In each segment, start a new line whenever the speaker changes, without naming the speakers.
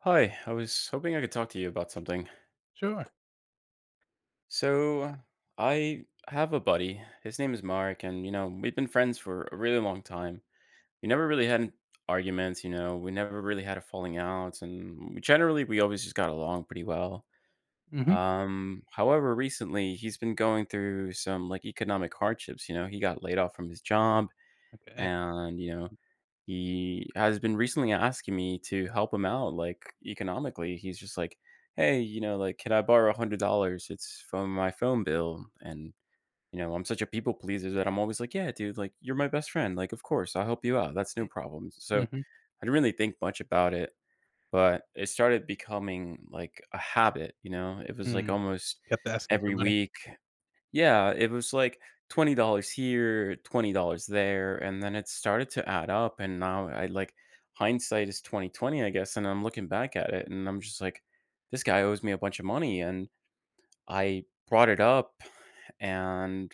Hi, I was hoping I could talk to you about something.
Sure.
So, I have a buddy. His name is Mark, and you know, we've been friends for a really long time. We never really had an- Arguments, you know, we never really had a falling out, and we generally we always just got along pretty well.
Mhm.
However, recently he's been going through some like economic hardships, you know, he got laid off from his job
Okay.
and, you know, he has been recently asking me to help him out, like, economically. He's just like, "Hey, you know, like, can I borrow $100? It's from my phone bill." And, you know, I'm such a people pleaser that I'm always like, "Yeah, dude, like, you're my best friend. Like, of course, I'll help you out. That's no problem."
Mm.
So I
Mhm.
didn't really think much about it, but it started becoming like a habit, you know? It was like
Mm.
almost
Kept asking for
every
money.
week, yeah, it was like $20 here, $20 there, and then it started to add up, and now I like hindsight is 2020, I guess, and I'm looking back at it and I'm just like, this guy owes me a bunch of money, and I brought it up, and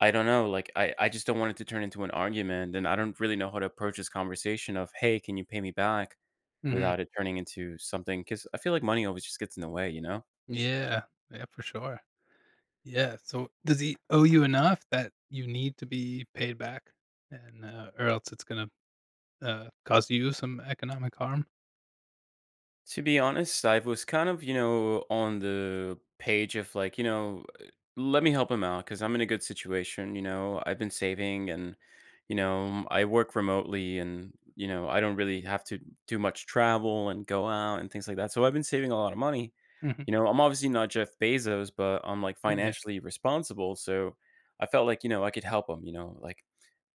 I don't know, like I just don't want it to turn into an argument, and I don't really know how to approach this conversation of, "Hey, can you pay me back?"
Mhm.
without it turning into something, cuz I feel like money always just gets in the way, you know?
Yeah. Yeah, for sure. Yeah, so does he owe you enough that you need to be paid back and, or else it's gonna, cause you some economic harm?
To be honest, I was kind of, you know, on the page of like, let me help him out because I'm in a good situation. You know, I've been saving, and, you know, I work remotely, and, you know, I don't really have to do much travel and go out and things like that. So I've been saving a lot of money.
Mhm.
You know, I'm obviously not Jeff Bezos, but I'm like
Mm, yeah.
financially responsible. So I felt like, you know, I could help him, you know, like,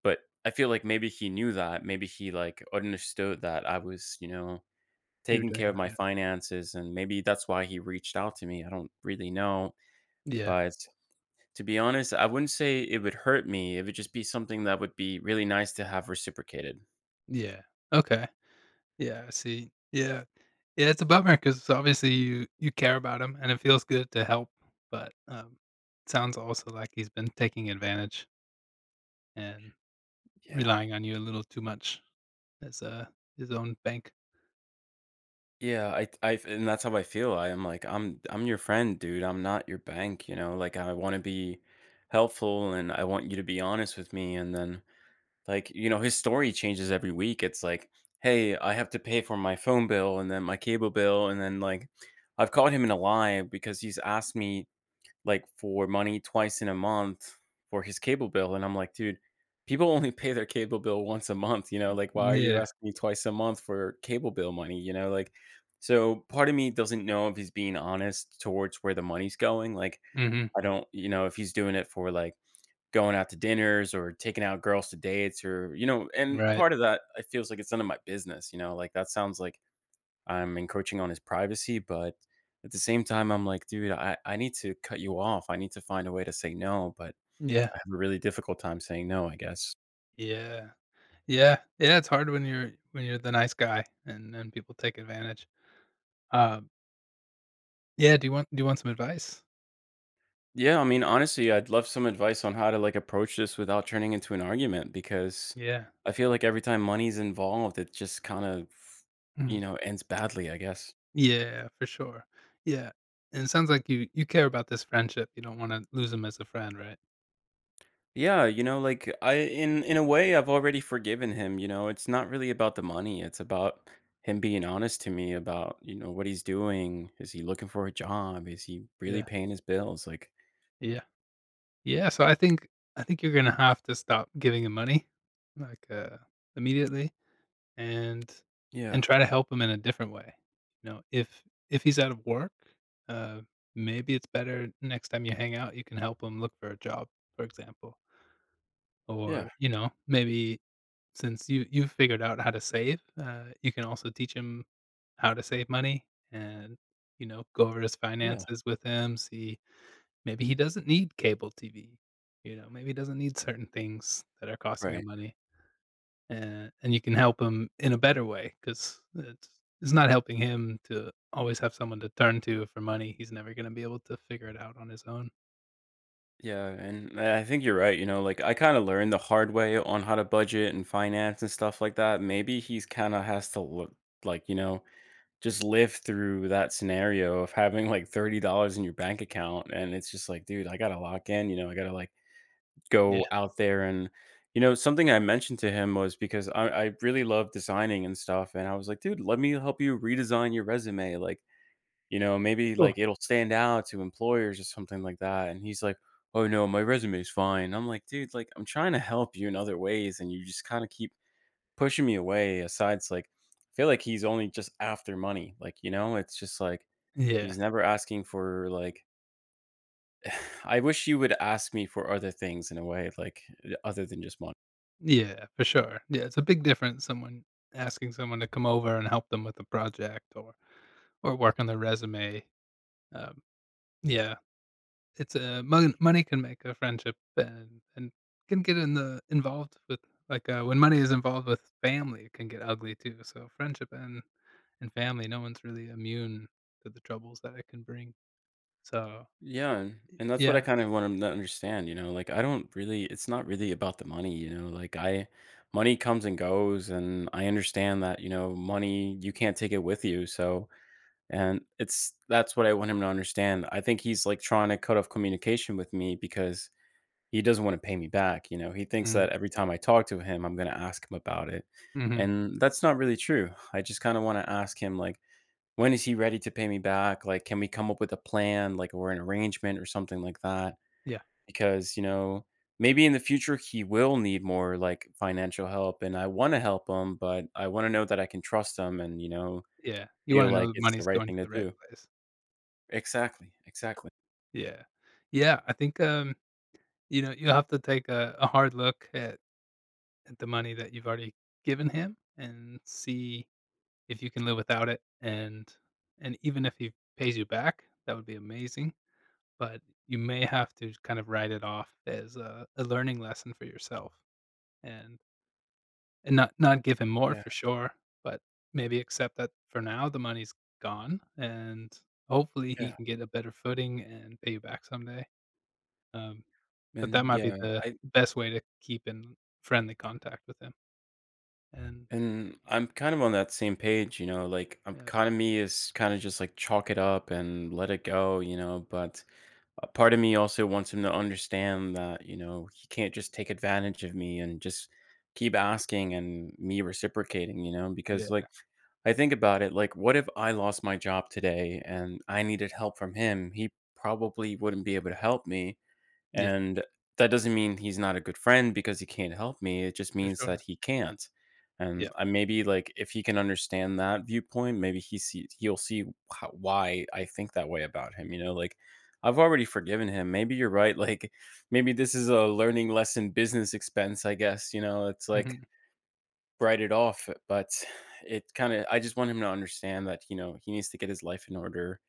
but I feel like maybe he knew that. Maybe he like understood that I was, you know,
You're
taking
doing
care of my
alright.
finances, and maybe that's why he reached out to me. I don't really know,
Yeah.
but to be honest, I wouldn't say it would hurt me. It would just be something that would be really nice to have reciprocated.
Yeah. Okay. Yeah, I see. Yeah. Yeah, it's a bummer because obviously you care about him and it feels good to help, but, sounds also like he's been taking advantage and
Yeah.
relying on you a little too much as, his own bank.
Yeah, I and that's how I feel. I am like I'm your friend, dude. I'm not your bank, you know? Like I want to be helpful, and I want you to be honest with me, and then like, you know, his story changes every week. It's like, "Hey, I have to pay for my phone bill and then my cable bill," and then, like, I've caught him in a lie because he's asked me, like, for money twice in a month for his cable bill, and I'm like, "Dude, people only pay their cable bill once a month, you know, like, why are you
Yeah.
asking me twice a month for cable bill money?" You know, like, so part of me doesn't know if he's being honest towards where the money's going, like,
Mhm.
I don't, you know, if he's doing it for, like, going out to dinners or taking out girls to dates, or you know, and
Right.
part of that it feels like it's none of my business, you know, like that sounds like I'm encroaching on his privacy, but at the same time I'm like, dude, I need to cut you off, I need to find a way to say no, but
Yeah.
I have a really difficult time saying no, I guess.
Yeah. Yeah. Yeah, it's hard when you're the nice guy and then people take advantage. Um, yeah, do you want some advice?
Yeah, honestly I'd love some advice on how to like approach this without turning into an argument, because
Yeah.
I feel like every time money's involved it just kind of, you
Mhm.
know, ends badly, I guess.
Yeah, for sure. Yeah, and it sounds like you care about this friendship, you don't wanna lose him as a friend, right?
Yeah, you know, like I in a way I've already forgiven him, you know. It's not really about the money. It's about him being honest to me about, you know, what he's doing. Is he looking for a job? Is he really
Yeah.
paying his bills? Like,
Yeah. Yeah, so I think you're gonna have to stop giving him money, like, immediately, and
yeah.
and try to help him in a different way. You know, if he's out of work, uh, maybe it's better next time you hang out, you can help him look for a job, for example,
Yeah.
or you know, maybe since you've figured out how to save, you can also teach him how to save money, and you know, go over his
Yeah.
finances with him. See, maybe he doesn't need cable TV. You know, maybe he doesn't need certain things that are costing
Right.
him money, and you can help him in a better way because it's not helping him to always have someone to turn to for money. He's never going to be able to figure it out on his own.
Yeah, and I think you're right, you know, like I kind of learned the hard way on how to budget and finance and stuff like that. Maybe he's kind of has to look like, you know, just live through that scenario of having, like, $30 in your bank account, and it's just like, "Dude, I gotta lock in," you know, "I gotta, like, go
Yeah.
out there," and, you know, something I mentioned to him was because I really love designing and stuff, and I was like, "Dude, let me help you redesign your resume, like, you know, maybe,
Cool.
like, it'll stand out to employers or something like that," and he's like, "Oh, no, my resume's fine." I'm like, "Dude, like, I'm trying to help you in other ways, and you just kinda keep" pushing me away aside. It's like I feel like he's only just after money. Like, you know, it's just like
Yeah,
he's never asking for like I wish you would ask me for other things in a way, like other than just money.
yeah, for sure. Yeah, it's a big difference. Someone asking someone to come over and help them with a project, or work on their resume. Um, yeah, it's a money can make a friendship and can get in the involved with like, when money is involved with family, it can get ugly too, so friendship and family, no one's really immune to the troubles that it can bring, so
Yeah, and that's what I
yeah.
kind of want him to understand, you know, like I don't really, it's not really about the money, you know, like I, money comes and goes, and I understand that, you know, money, you can't take it with you. So and it's, that's what I want him to understand. I think he's like trying to cut off communication with me because he doesn't wanna pay me back, you know, he thinks
Mm,
that every time I talk to him, I'm gonna ask him about it,
mhm,
and that's not really true. I just kinda wanna ask him, like, when is he ready to pay me back? Like, can we come up with a plan, like, or an arrangement or something like that?
yeah,
Because, you know, maybe in the future, he will need more, like, financial help, and I wanna help him, but I wanna know that I can trust him and, you know,
yeah, you
feel
wanna know
like
the
it's the
money's
right
going to
thing to
the right
do.
place.
Exactly, exactly.
Yeah. Yeah, I think, you know, you have to take a hard look at the money that you've already given him and see if you can live without it, and even if he pays you back, that would be amazing, but you may have to kind of write it off as a learning lesson for yourself, and and not not give him more
Yeah,
for sure, but maybe accept that for now the money's gone, and hopefully he
yeah,
can get a better footing and pay you back someday, um, but that
and
might be
yeah,
the
I
best way to keep in friendly contact with him and
and I'm kind of on that same page, you know, like I
yeah,
kind of, me is kind of just like chalk it up and let it go, you know, but a part of me also wants him to understand that, you know, he can't just take advantage of me and just keep asking and me reciprocating, you know, because like
yeah,
I think about it, like what if I lost my job today and I needed help from him? He probably wouldn't be able to help me,
yeah,
and that doesn't mean he's not a good friend because he can't help me. It just
for
means that
sure.
he can't. And
Yeah,
I maybe like if he can understand that viewpoint, maybe he'll see how, why I think that way about him. You know, like I've already forgiven him. Maybe you're right. Like maybe this is a learning lesson, business expense. I guess you know it's like,
mhm.
write it off. But it kind of, I just want him to understand that, you know, he needs to get his life in order.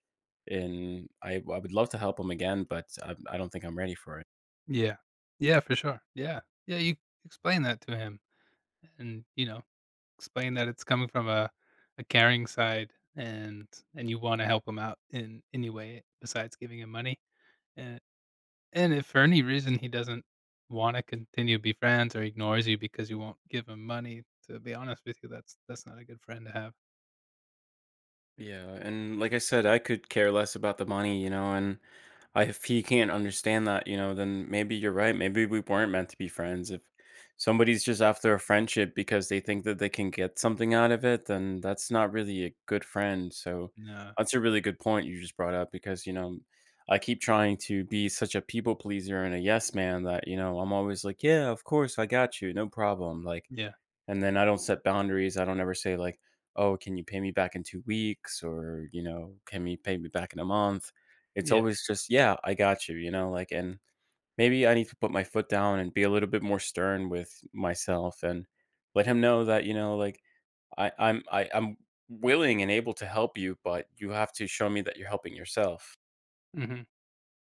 And I would love to help him again, but I don't think I'm ready for it.
Yeah. Yeah, for sure. Yeah. Yeah, you explain that to him, and, you know, explain that it's coming from a caring side, and you wanna help him out in any way besides giving him money. And and if for any reason he doesn't wanna continue to be friends or ignores you because you won't give him money, to be honest with you, that's not a good friend to have.
Yeah, and like I said, I could care less about the money, you know, and I, if he can't understand that, you know, then maybe you're right. Maybe we weren't meant to be friends. If somebody's just after a friendship because they think that they can get something out of it, then that's not really a good friend. So
No.
that's a really good point you just brought up because, you know, I keep trying to be such a people pleaser and a yes man that, you know, I'm always like, yeah, of course, I got you, no problem. Like,
Yeah.
and then I don't set boundaries. I don't ever say like, "Oh, can you pay me back in 2 weeks?" or, you know, "Can you pay me back in a month?" It's
Yeah.
always just, "Yeah, I got you," you know, like, and maybe I need to put my foot down and be a little bit more stern with myself and let him know that, you know, like I'm willing and able to help you, but you have to show me that you're helping yourself.
Mhm.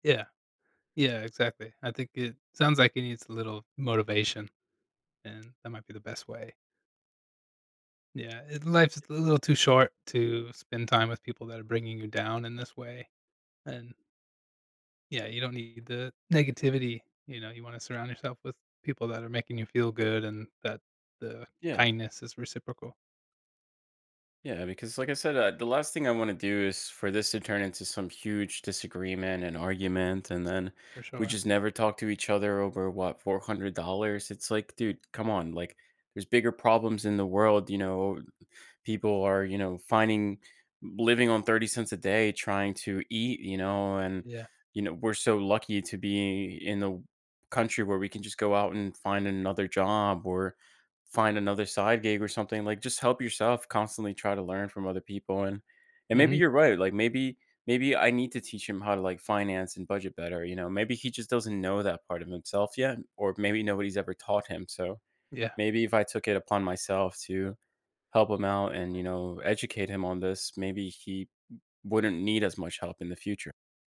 Yeah. Yeah, exactly. I think it sounds like he needs a little motivation, and that might be the best way. Yeah, it life's a little too short to spend time with people that are bringing you down in this way, and, yeah, you don't need the negativity, you know, you wanna surround yourself with people that are making you feel good, and that the
Yeah.
kindness is reciprocal,
Yeah, because like I said, the last thing I want to do is for this to turn into some huge disagreement and argument, and then
for
we
sure.
just never talk to each other over what, $400. It's like, dude, come on! Like, there's bigger problems in the world, you know, people are, you know, finding, living on 30 cents a day trying to eat, you know, and
Yeah.
you know we're so lucky to be in the country where we can just go out and find another job or find another side gig or something, like just help yourself, constantly try to learn from other people, and maybe
Mhm.
you're right, like maybe, maybe I need to teach him how to like finance and budget better, you know, maybe he just doesn't know that part of himself yet, or maybe nobody's ever taught him, so
Yeah.
maybe if I took it upon myself to help him out and, you know, educate him on this, maybe he wouldn't need as much help in the future.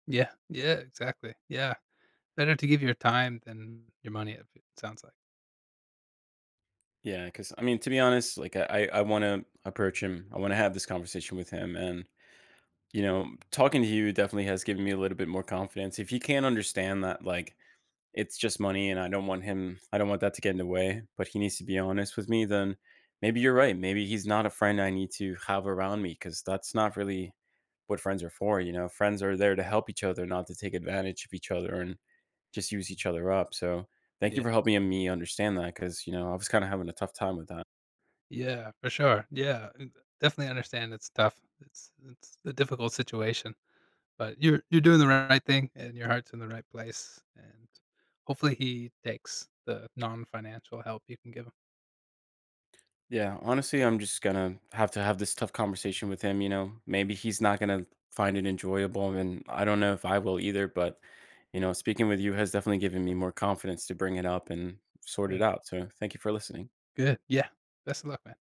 Yeah. Yeah, exactly. Yeah. Better to give your time than your money, it sounds like.
Yeah, because I mean, to be honest, like I want to approach him. I want to have this conversation with him, and you know, talking to you definitely has given me a little bit more confidence. If he can't understand that, like it's just money, and I don't want him, I don't want that to get in the way, but he needs to be honest with me, then maybe you're right. Maybe he's not a friend I need to have around me, because that's not really what friends are for, you know. Friends are there to help each other, not to take advantage of each other and just use each other up. So thank you
Yeah.
for helping me understand that because you know I was kind of having a tough time with that.
Yeah, for sure. Yeah, and definitely understand it's tough. It's a difficult situation. But you're doing the right thing, and your heart's in the right place, and hopefully he takes the non-financial help you can give him.
Yeah, honestly, I'm just gonna have to have this tough conversation with him. You know, maybe he's not gonna find it enjoyable, and I don't know if I will either. But you know, speaking with you has definitely given me more confidence to bring it up and sort it
Good,
out. So, thank you for listening.
good, yeah. Best of luck, man.